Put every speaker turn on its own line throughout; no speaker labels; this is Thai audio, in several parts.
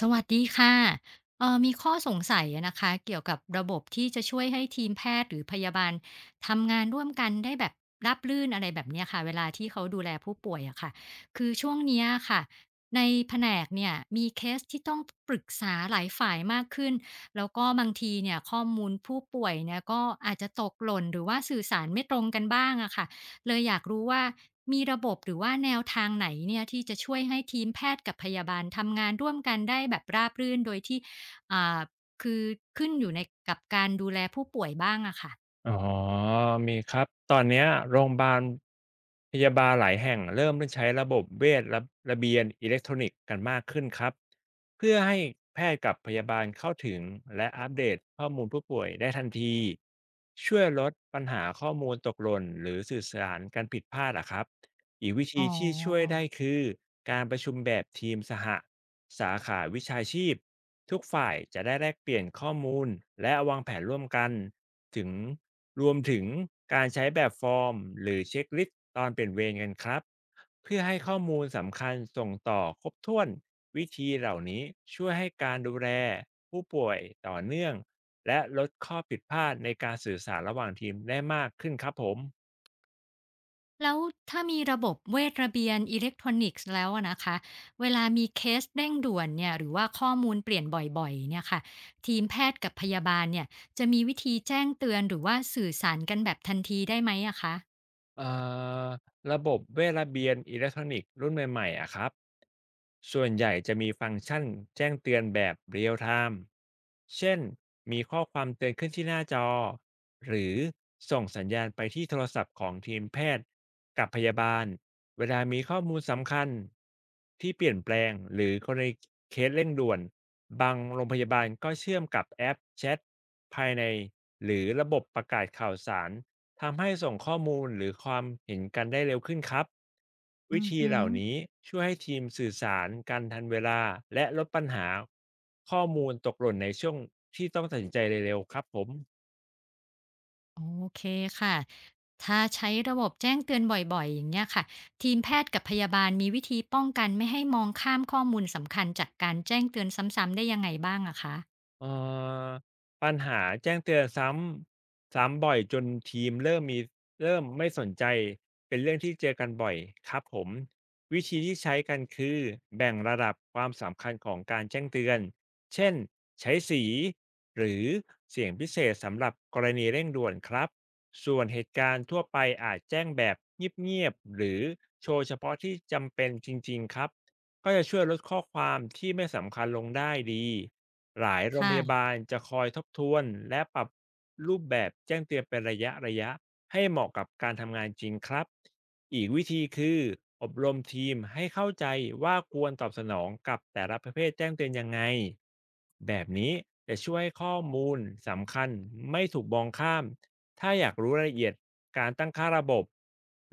สวัสดีค่ะมีข้อสงสัยอะนะคะเกี่ยวกับระบบที่จะช่วยให้ทีมแพทย์หรือพยาบาลทำงานร่วมกันได้แบบราบรื่นอะไรแบบเนี้ยค่ะเวลาที่เขาดูแลผู้ป่วยอะค่ะคือช่วงเนี้ยค่ะในแผนกเนี่ยมีเคสที่ต้องปรึกษาหลายฝ่ายมากขึ้นแล้วก็บางทีเนี่ยข้อมูลผู้ป่วยเนี่ยก็อาจจะตกหล่นหรือว่าสื่อสารไม่ตรงกันบ้างอะค่ะ เลยอยากรู้ว่ามีระบบหรือว่าแนวทางไหนเนี่ยที่จะช่วยให้ทีมแพทย์กับพยาบาลทำงานร่วมกันได้แบบราบรื่นโดยที่อ่าคือขึ้นอยู่ในกับการดูแลผู้ป่วยบ้างอะค่ะ
อ๋อ มีครับ ตอนเนี้ยโรงพยาบาลหลายแห่งเริ่มใช้ระบบเวชระเบียนอิเล็กทรอนิกส์กันมากขึ้นครับเพื่อให้แพทย์กับพยาบาลเข้าถึงและอัปเดตข้อมูลผู้ป่วยได้ทันทีช่วยลดปัญหาข้อมูลตกหล่นหรือสื่อสารกันผิดพลาดอะครับอีกวิ
อ๋
ธีที่ช่วย
อ
ได้คือการประชุมแบบทีมสห สาขาวิชาชีพทุกฝ่ายจะได้แลกเปลี่ยนข้อมูลและวางแผนร่วมกันถึงรวมถึงการใช้แบบฟอร์มหรือเช็คลิสต์ตอนเปลี่ยนเวรกันครับเพื่อให้ข้อมูลสำคัญส่งต่อครบถ้วนวิธีเหล่านี้ช่วยให้การดูแลผู้ป่วยต่อเนื่องและลดข้อผิดพลาดในการสื่อสารระหว่างทีมได้มากขึ้นครับผม
แล้วถ้ามีระบบเวชระเบียนอิเล็กทรอนิกส์แล้วอะนะคะเวลามีเคสเร่งด่วนเนี่ยหรือว่าข้อมูลเปลี่ยนบ่อยๆเนี่ยค่ะทีมแพทย์กับพยาบาลเนี่ยจะมีวิธีแจ้งเตือนหรือว่าสื่อสารกันแบบทันทีได้ไหมอะคะ
เอ่อระบบเวทระเบียนอิเล็กทรอนิกส์รุ่นใหม่ๆอะครับส่วนใหญ่จะมีฟังก์ชันแจ้งเตือนแบบเรียลไทม์เช่นมีข้อความเตือนขึ้นที่หน้าจอหรือส่งสัญญาณไปที่โทรศัพท์ของทีมแพทย์กับพยาบาล เวลามีข้อมูลสำคัญที่เปลี่ยนแปลงหรือกรณีเคสเร่งด่วนบางโรงพยาบาลก็เชื่อมกับแอปแชทภายในหรือระบบประกาศข่าวสาร ทำให้ส่งข้อมูลหรือความเห็นกันได้เร็วขึ้นครับวิ
อือ
ธี
ฮึ
เหล่านี้ช่วยให้ทีมสื่อสารกันทันเวลาและลดปัญหาข้อมูลตกหล่นในช่วงที่ต้องตัดสินใจเร็วๆครับผม
โอเคค่ะ ถ้าใช้ระบบแจ้งเตือนบ่อยๆอย่างเงี้ยค่ะทีมแพทย์กับพยาบาลมีวิธีป้องกันไม่ให้มองข้ามข้อมูลสำคัญจากการแจ้งเตือนซ้ำๆได้ยังไงบ้างอะคะ
เอ่อปัญหาแจ้งเตือนซ้ำบ่อยจนทีมเริ่มไม่สนใจเป็นเรื่องที่เจอกันบ่อยครับผมวิธีที่ใช้กันคือแบ่งระดับความสำคัญของการแจ้งเตือนเช่นใช้สีหรือเสียงพิเศษสำหรับกรณีเร่งด่วนครับส่วนเหตุการณ์ทั่วไปอาจแจ้งแบบเงียบๆหรือโชว์เฉพาะที่จำเป็นจริงๆครับก็จะช่วยลดข้อความที่ไม่สำคัญลงได้ดี หลายโรงพยา
ค่ะ
บาลจะคอยทบทวนและปรับรูปแบบแจ้งเตือนเป็นระยะให้เหมาะกับการทำงานจริงครับอีกวิธีคืออบรมทีมให้เข้าใจว่าควรตอบสนองกับแต่ละประเภทแจ้งเตือนยังไงแบบนี้จะช่วยให้ข้อมูลสำคัญไม่ถูกมองข้ามถ้าอยากรู้รายละเอียดการตั้งค่าระบบ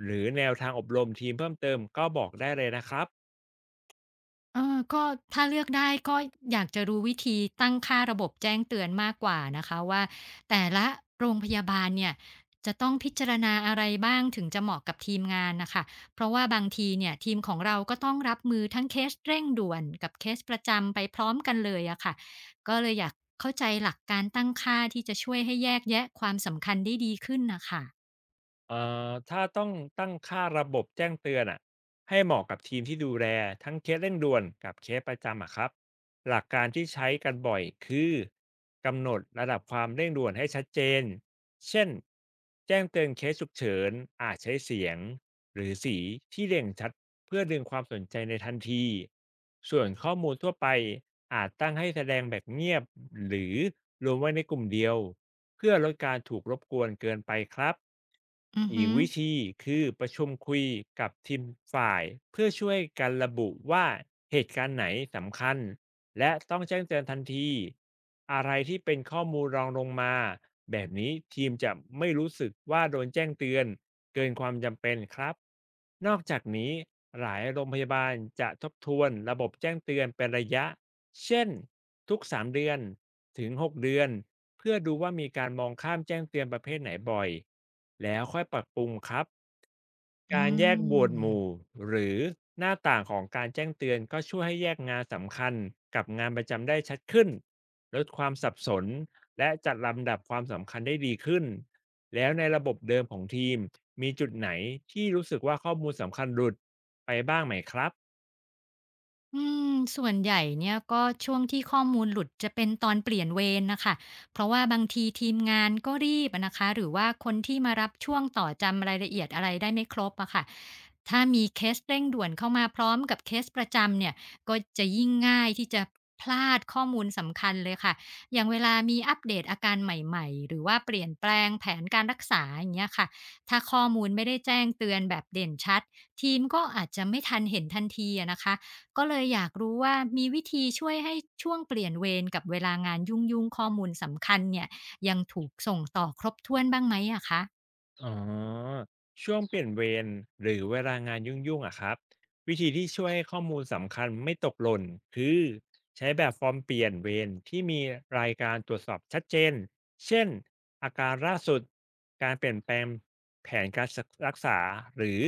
หรือแนวทางอบรมทีมเพิ่มเติมก็บอกได้เลยนะครับ
เออก็ถ้าเลือกได้ก็อยากจะรู้วิธีตั้งค่าระบบแจ้งเตือนมากกว่านะคะว่าแต่ละโรงพยาบาลเนี่ยจะต้องพิจารณาอะไรบ้างถึงจะเหมาะกับทีมงานนะคะเพราะว่าบางทีเนี่ยทีมของเราก็ต้องรับมือทั้งเคสเร่งด่วนกับเคสประจำไปพร้อมกันเลยอะค่ะก็เลยอยากเข้าใจหลักการตั้งค่าที่จะช่วยให้แยกแยะความสำคัญได้ดีขึ้นนะคะ
เอ่ถ้าต้องตั้งค่าระบบแจ้งเตือนอะให้เหมาะกับทีมที่ดูแลทั้งเคสเร่งด่วนกับเคสประจำอะครับ หลักการที่ใช้กันบ่อยคือกำหนดระดับความเร่งด่วนให้ชัดเจน เช่นแจ้งเตือนเคสฉุกเฉินอาจใช้เสียงหรือสีที่เร่งชัดเพื่อดึงความสนใจในทันที ส่วนข้อมูลทั่วไปอาจตั้งให้แสดงแบบเงียบหรือรวมไว้ในกลุ่มเดียวเพื่อลดการถูกรบกวนเกินไปครับ
อือ
อีก
ฮึ
วิธีคือประชุมคุยกับทีมฝ่ายเพื่อช่วยกันระบุว่าเหตุการณ์ไหนสำคัญ และต้องแจ้งเตือนทันทีอะไรที่เป็นข้อมูลรองลงมาแบบนี้ทีมจะไม่รู้สึกว่าโดนแจ้งเตือนเกินความจำเป็นครับนอกจากนี้หลายโรงพยาบาลจะทบทวนระบบแจ้งเตือนเป็นระยะเช่นทุก3 เดือนถึง6 เดือนเพื่อดูว่ามีการมองข้ามแจ้งเตือนประเภทไหนบ่อยแล้วค่อยปรับปรุงครับ
อื
การแยกหมวดหมู่
ม
หรือหน้าต่างของการแจ้งเตือนก็ช่วยให้แยกงานสำคัญกับงานประจำได้ชัดขึ้นลดความสับสนและจัดลำดับความสำคัญได้ดีขึ้นแล้วในระบบเดิมของทีมมีจุดไหนที่รู้สึกว่าข้อมูลสำคัญหลุดไปบ้างไหมครับ
อืมส่วนใหญ่เนี่ยก็ช่วงที่ข้อมูลหลุดจะเป็นตอนเปลี่ยนเวรนะคะเพราะว่าบางทีทีมงานก็รีบอะนะคะหรือว่าคนที่มารับช่วงต่อจำรายละเอียดอะไรได้ไม่ครบอะค่ะถ้ามีเคสเร่งด่วนเข้ามาพร้อมกับเคสประจำเนี่ยก็จะยิ่งง่ายที่จะพลาดข้อมูลสำคัญเลยค่ะอย่างเวลามีอัปเดตอาการใหม่ๆหรือว่าเปลี่ยนแปลงแผนการรักษาอย่างเงี้ยค่ะถ้าข้อมูลไม่ได้แจ้งเตือนแบบเด่นชัดทีมก็อาจจะไม่ทันเห็นทันทีอะนะคะ ก็เลยอยากรู้ว่ามีวิธีช่วยให้ช่วงเปลี่ยนเวรกับเวลางานยุ่งๆข้อมูลสำคัญเนี่ยยังถูกส่งต่อครบถ้วนบ้างไหมอะคะ
อ๋อช่วงเปลี่ยนเวรหรือเวลางานยุ่งๆอะครับวิธีที่ช่วยให้ข้อมูลสำคัญไม่ตกหล่นคือใช้แบบฟอร์มเปลี่ยนเวรที่มีรายการตรวจสอบชัดเจนเช่นอาการล่าสุดการเปลี่ยนแปลงแผนการรักษาหรือ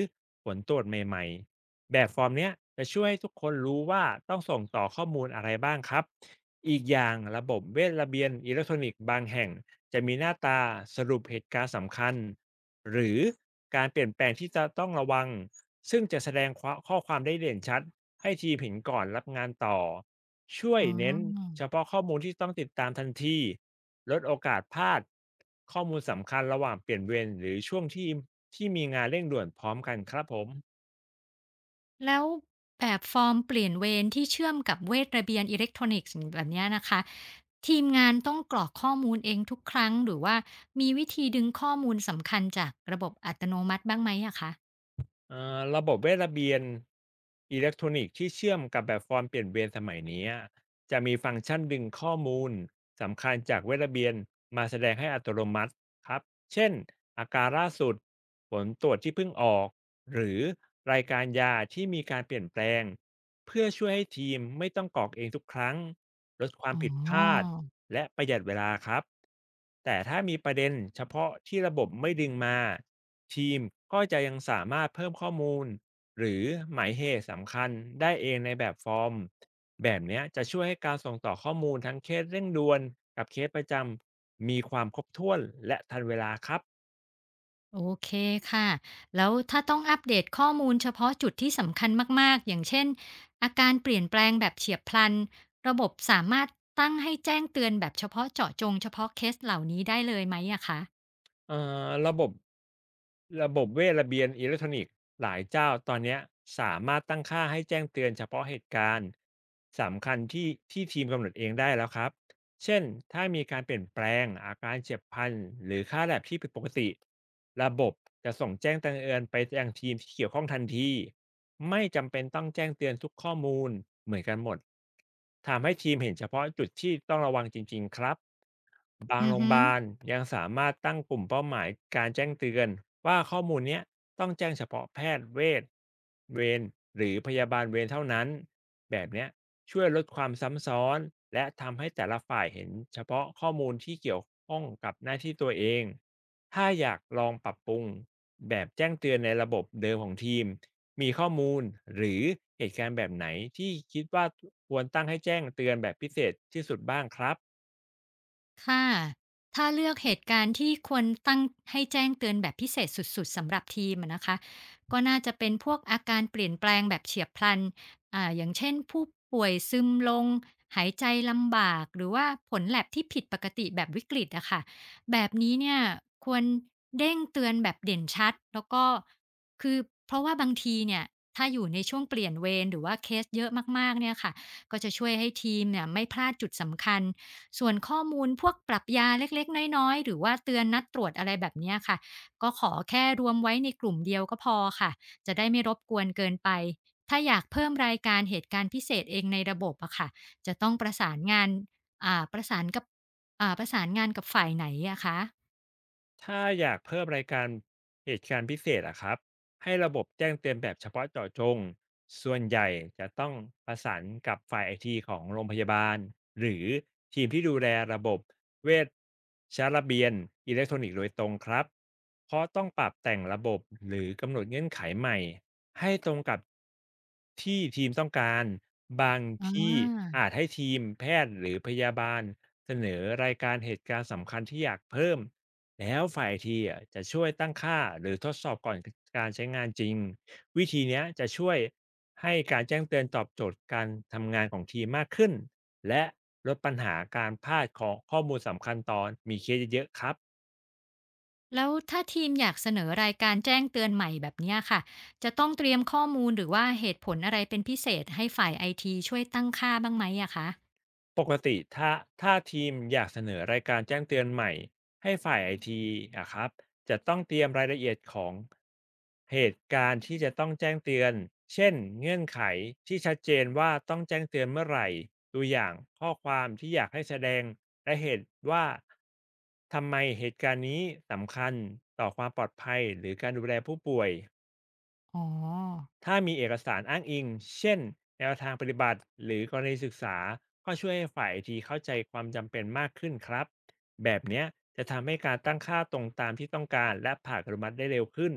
ผลตรวจใหม่ๆแบบฟอร์มเนี้ยจะช่วยให้ทุกคนรู้ว่าต้องส่งต่อข้อมูลอะไรบ้างครับอีกอย่างระบบเวชระเบียนอิเล็กทรอนิกส์บางแห่ง จะมีหน้าตาสรุปเหตุการณ์สำคัญหรือการเปลี่ยนแปลงที่จะต้องระวังซึ่งจะแสดงข้อความได้เด่นชัดให้ทีมเห็นก่อนรับงานต่อช่วย
อ๋
เน้น
อ
เฉพาะข้อมูลที่ต้องติดตามทันทีลดโอกาสพลาดข้อมูลสำคัญระหว่างเปลี่ยนเวรหรือช่วงที่มีงานเร่งด่วนพร้อมกันครับผม
แล้วแบบฟอร์มเปลี่ยนเวรที่เชื่อมกับเวทระเบียนอิเล็กทรอนิกส์แบบเนี้ยนะคะทีมงานต้องกรอกข้อมูลเองทุกครั้งหรือว่ามีวิธีดึงข้อมูลสำคัญจากระบบอัตโนมัติบ้างไหมอะคะ
ระบบเวทระเบียนอิเล็กทรอนิกส์ที่เชื่อมกับแบบฟอร์มเปลี่ยนเวรสมัยนี้จะมีฟังก์ชันดึงข้อมูลสำคัญจากเวทระเบียนมาแสดงให้อัตโนมัติครับเช่นอาการล่าสุดผลตรวจที่เพิ่งออกหรือรายการยาที่มีการเปลี่ยนแปลงเพื่อช่วยให้ทีมไม่ต้องกรอกเองทุกครั้งลดความ
อ๋
ผิดพลาด
อ
และประหยัดเวลาครับแต่ถ้ามีประเด็นเฉพาะที่ระบบไม่ดึงมา ทีมก็จะยังสามารถเพิ่มข้อมูลหรือหมายเหตุสำคัญได้เองในแบบฟอร์มแบบเนี้ยจะช่วยให้การส่งต่อข้อมูลทั้งเคสเร่งด่วนกับเคสประจำมีความครบถ้วนและทันเวลาครับ
โอเคค่ะ แล้วถ้าต้องอัปเดตข้อมูลเฉพาะจุดที่สำคัญมากๆ อย่างเช่นอาการเปลี่ยนแปลงแบบเฉียบพลัน ระบบสามารถตั้งให้แจ้งเตือนแบบเฉพาะเจาะจงเฉพาะเคสเหล่านี้ได้เลยไหมอะคะ
เอ่อระบบระบบเวทระเบียนอิเล็กทรอนิกส์หลายเจ้าตอนเนี้ยสามารถตั้งค่าให้แจ้งเตือนเฉพาะเหตุการณ์สำคัญที่ทีมกำหนดเองได้แล้วครับเช่นถ้ามีการเปลี่ยนแปลงอาการเจ็บพลันหรือค่า Lab ที่ผิดปกติระบบจะส่งแจ้งเตือนไปยังทีมที่เกี่ยวข้องทันทีไม่จำเป็นต้องแจ้งเตือนทุกข้อมูลเหมือนกันหมดทำให้ทีมเห็นเฉพาะจุดที่ต้องระวังจริงๆครับ บาง
อื
โร
อ
งพ
ฮึ
ยาบาลยังสามารถตั้งกลุ่มเป้าหมายการแจ้งเตือนว่าข้อมูลเนี้ยต้องแจ้งเฉพาะแพทย์เวชเวรหรือพยาบาลเวรเท่านั้นแบบเนี้ยช่วยลดความซ้ำซ้อนและทำให้แต่ละฝ่ายเห็นเฉพาะข้อมูลที่เกี่ยวข้องกับหน้าที่ตัวเองถ้าอยากลองปรับปรุงแบบแจ้งเตือนในระบบเดิมของทีมมีข้อมูลหรือเหตุการณ์แบบไหนที่คิดว่าควรตั้งให้แจ้งเตือนแบบพิเศษที่สุดบ้างครับ
ค่ะถ้าเลือกเหตุการณ์ที่ควรตั้งให้แจ้งเตือนแบบพิเศษสุดๆสำหรับทีมอะนะคะก็น่าจะเป็นพวกอาการเปลี่ยนแปลงแบบเฉียบพลันอย่างเช่นผู้ป่วยซึมลง หายใจลำบาก หรือว่าผลแลบที่ผิดปกติแบบวิกฤตอะค่ะแบบนี้เนี่ยควรเด้งเตือนแบบเด่นชัดแล้วก็คือเพราะว่าบางทีเนี่ยถ้าอยู่ในช่วงเปลี่ยนเวรหรือว่าเคสเยอะมากๆเนี่ยค่ะก็จะช่วยให้ทีมเนี่ยไม่พลาดจุดสำคัญ ส่วนข้อมูลพวกปรับยาเล็กๆน้อยๆหรือว่าเตือนนัดตรวจอะไรแบบเนี้ยค่ะก็ขอแค่รวมไว้ในกลุ่มเดียวก็พอค่ะจะได้ไม่รบกวนเกินไปถ้าอยากเพิ่มรายการเหตุการณ์พิเศษเองในระบบอะค่ะจะต้องประสานงานอ่าประสานกับประสานงานกับฝ่ายไหนอะคะ
ถ้าอยากเพิ่มรายการเหตุการณ์พิเศษอะครับให้ระบบแจ้งเตือนแบบเฉพาะเจาะจงส่วนใหญ่จะต้องประสานกับฝ่ายไอทีของโรงพยาบาลหรือทีมที่ดูแลระบบเวชระเบียนอิเล็กทรอนิกส์โดยตรงครับเพราะต้องปรับแต่งระบบหรือกำหนดเงื่อนไขใหม่ให้ตรงกับที่ทีมต้องการบาง
อ
ที่
า
อาจให้ทีมแพทย์หรือพยาบาลเสนอรายการเหตุการณ์สำคัญที่อยากเพิ่ม แล้วฝ่ายทีอะจะช่วยตั้งค่าหรือทดสอบก่อนการใช้งานจริงวิธีเนี้ยจะช่วยให้การแจ้งเตือนตอบโจทย์การทำงานของทีมมากขึ้นและลดปัญหาการพลาดของข้อมูลสำคัญตอนมีเคสเยอะๆครับ
แล้วถ้าทีมอยากเสนอรายการแจ้งเตือนใหม่แบบเนี้ยค่ะจะต้องเตรียมข้อมูลหรือว่าเหตุผลอะไรเป็นพิเศษให้ฝ่ายไอทีช่วยตั้งค่าบ้างไหมอะคะ
ปกติถ้าทีมอยากเสนอรายการแจ้งเตือนใหม่ให้ฝ่ายไอทีอะครับจะต้องเตรียมรายละเอียดของเหตุการณ์ที่จะต้องแจ้งเตือนเช่นเงื่อนไขที่ชัดเจนว่าต้องแจ้งเตือนเมื่อไหร่ตัวอย่างข้อความที่อยากให้แสดงและเหตุว่าทำไมเหตุการณ์นี้สำคัญต่อความปลอดภัยหรือการดูแลผู้ป่วย
อ๋อ
ถ้ามีเอกสารอ้างอิง เช่นแนวทางปฏิบัติ หรือกรณีศึกษา ก็ช่วยให้ฝ่ายไอทีเข้าใจความจำเป็นมากขึ้นครับ แบบเนี้ยจะทำให้การตั้งค่าตรงตามที่ต้องการและผ่านอนุมัติได้เร็วขึ้น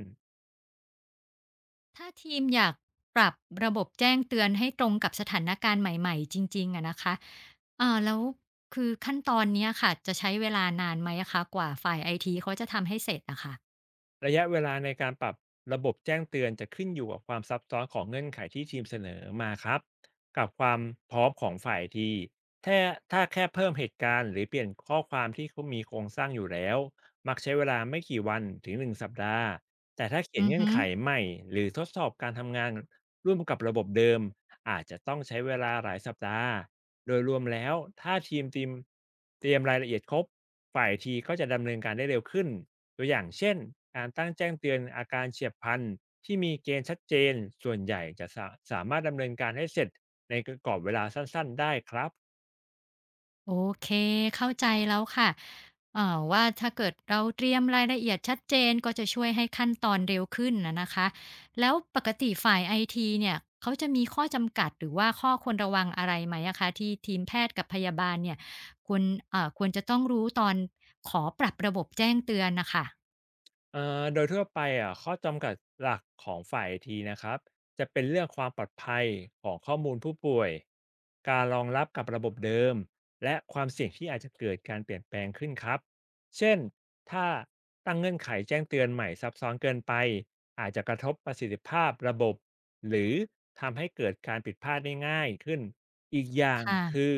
ถ้าทีมอยากปรับระบบแจ้งเตือนให้ตรงกับสถานการณ์ใหม่ๆจริงๆอะนะคะเอ่า แล้วคือขั้นตอนเนี้ยค่ะจะใช้เวลานานไหมอะคะ กว่าฝ่ายไอทีเขาจะทำให้เสร็จอะค่ะ
ระยะเวลาในการปรับระบบแจ้งเตือนจะขึ้นอยู่กับความซับซ้อนของเงื่อนไขที่ทีมเสนอมาครับกับความพร้อมของฝ่ายทีถ้าถ้าแค่เพิ่มเหตุการณ์หรือเปลี่ยนข้อความที่เขามีโครงสร้างอยู่แล้วมักใช้เวลาไม่กี่วันถึงหนึ่งสัปดาห์แต่ถ้าเขียน
อือ
เงื่อน
ฮึ
ไขใหม่หรือทดสอบการทำงานร่วมกับระบบเดิมอาจจะต้องใช้เวลาหลายสัปดาห์โดยรวมแล้วถ้าทีมเตรียมรายละเอียดครบฝ่ายทีก็จะดำเนินการได้เร็วขึ้น ตัวอย่างเช่นการตั้งแจ้งเตือนอาการเฉียบพลันที่มีเกณฑ์ชัดเจนส่วนใหญ่จะสามารถดำเนินการให้เสร็จในกรอบเวลาสั้นๆได้ครับ
โอเคเข้าใจแล้วค่ะว่าถ้าเกิดเราเตรียมรายละเอียดชัดเจนก็จะช่วยให้ขั้นตอนเร็วขึ้นอะนะคะแล้วปกติฝ่ายไอทีเนี่ยเขาจะมีข้อจำกัดหรือว่าข้อควรระวังอะไรไหมอะคะที่ทีมแพทย์กับพยาบาลเนี่ยควรควรจะต้องรู้ตอนขอปรับระบบแจ้งเตือนน่ะค่ะ
โดยทั่วไปอะข้อจำกัดหลักของฝ่ายไอทีนะครับจะเป็นเรื่องความปลอดภัยของข้อมูลผู้ป่วยการรองรับกับระบบเดิมและความเสี่ยงที่อาจจะเกิดการเปลี่ยนแปลงขึ้นครับเช่นถ้าตั้งเงื่อนไขแจ้งเตือนใหม่ซับซ้อนเกินไปอาจจะกระทบประสิทธิภาพระบบหรือทำให้เกิดการผิดพลาดได้ง่ายขึ้นอีกอย่างคื
ค่ะ
อ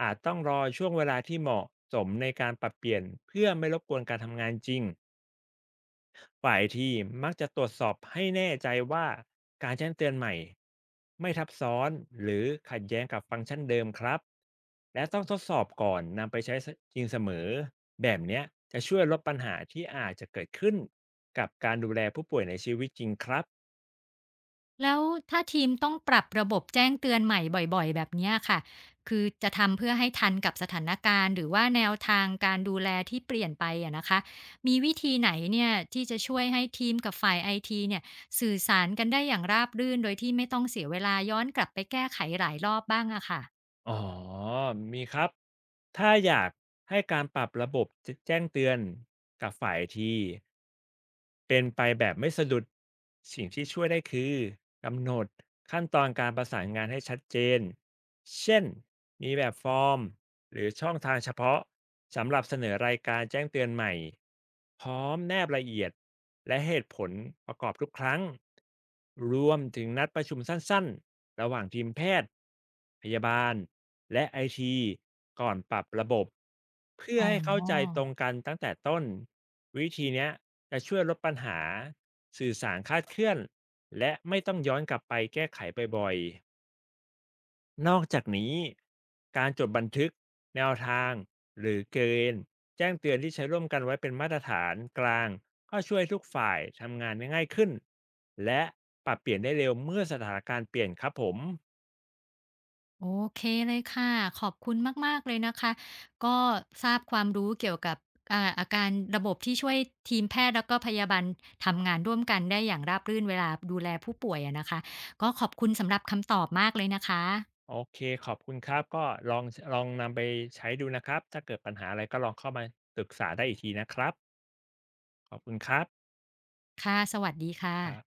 อาจต้องรอช่วงเวลาที่เหมาะสมในการปรับเปลี่ยนเพื่อไม่รบกวนการทำงานจริง ฝ่ายทีมมักจะตรวจสอบให้แน่ใจว่าการแจ้งเตือนใหม่ไม่ทับซ้อนหรือขัดแย้งกับฟังก์ชันเดิมครับและต้องทดสอบก่อนนำไปใช้จริงเสมอแบบเนี้ยจะช่วยลดปัญหาที่อาจจะเกิดขึ้นกับการดูแลผู้ป่วยในชีวิตจริงครับ
แล้วถ้าทีมต้องปรับระบบแจ้งเตือนใหม่บ่อยๆแบบเนี้ยค่ะคือจะทำเพื่อให้ทันกับสถานการณ์หรือว่าแนวทางการดูแลที่เปลี่ยนไปอะนะคะมีวิธีไหนเนี่ยที่จะช่วยให้ทีมกับฝ่ายไอทีเนี่ยสื่อสารกันได้อย่างราบรื่นโดยที่ไม่ต้องเสียเวลาย้อนกลับไปแก้ไขหลายรอบบ้างอะค่ะ
อ๋อ มีครับ ถ้าอยากให้การปรับระบบจะแจ้งเตือนกับฝ่ายที่เป็นไปแบบไม่สะดุด สิ่งที่ช่วยได้คือกำหนดขั้นตอนการประสานงานให้ชัดเจน เช่น มีแบบฟอร์มหรือช่องทางเฉพาะสำหรับเสนอรายการแจ้งเตือนใหม่ พร้อมแนบละเอียดและเหตุผลประกอบทุกครั้ง รวมถึงนัดประชุมสั้นๆ ระหว่างทีมแพทย์ พยาบาล และไอทีก่อนปรับระบบเพื่อ
อ๋อ
ให้เข้าใจตรงกันตั้งแต่ต้นวิธีเนี้ยจะช่วยลดปัญหาสื่อสารคลาดเคลื่อนและไม่ต้องย้อนกลับไปแก้ไขบ่อยๆ นอกจากนี้การจดบันทึกแนวทางหรือเกณฑ์แจ้งเตือนที่ใช้ร่วมกันไว้เป็นมาตรฐานกลางก็ช่วยให้ทุกฝ่ายทำงานได้ง่ายขึ้นและปรับเปลี่ยนได้เร็วเมื่อสถานการณ์เปลี่ยนครับผม
โอเคเลยค่ะขอบคุณมากๆเลยนะคะก็ทราบความรู้เกี่ยวกับอาการระบบที่ช่วยทีมแพทย์แล้วก็พยาบาลทำงานร่วมกันได้อย่างราบรื่นเวลาดูแลผู้ป่วยอะนะคะก็ขอบคุณสำหรับคำตอบมากเลยนะคะ
โอเคขอบคุณครับก็ลองลองนำไปใช้ดูนะครับถ้าเกิดปัญหาอะไรก็ลองเข้ามาปรึกษาได้อีกทีนะครับขอบคุณครับ
ค่ะสวัสดีค่ะ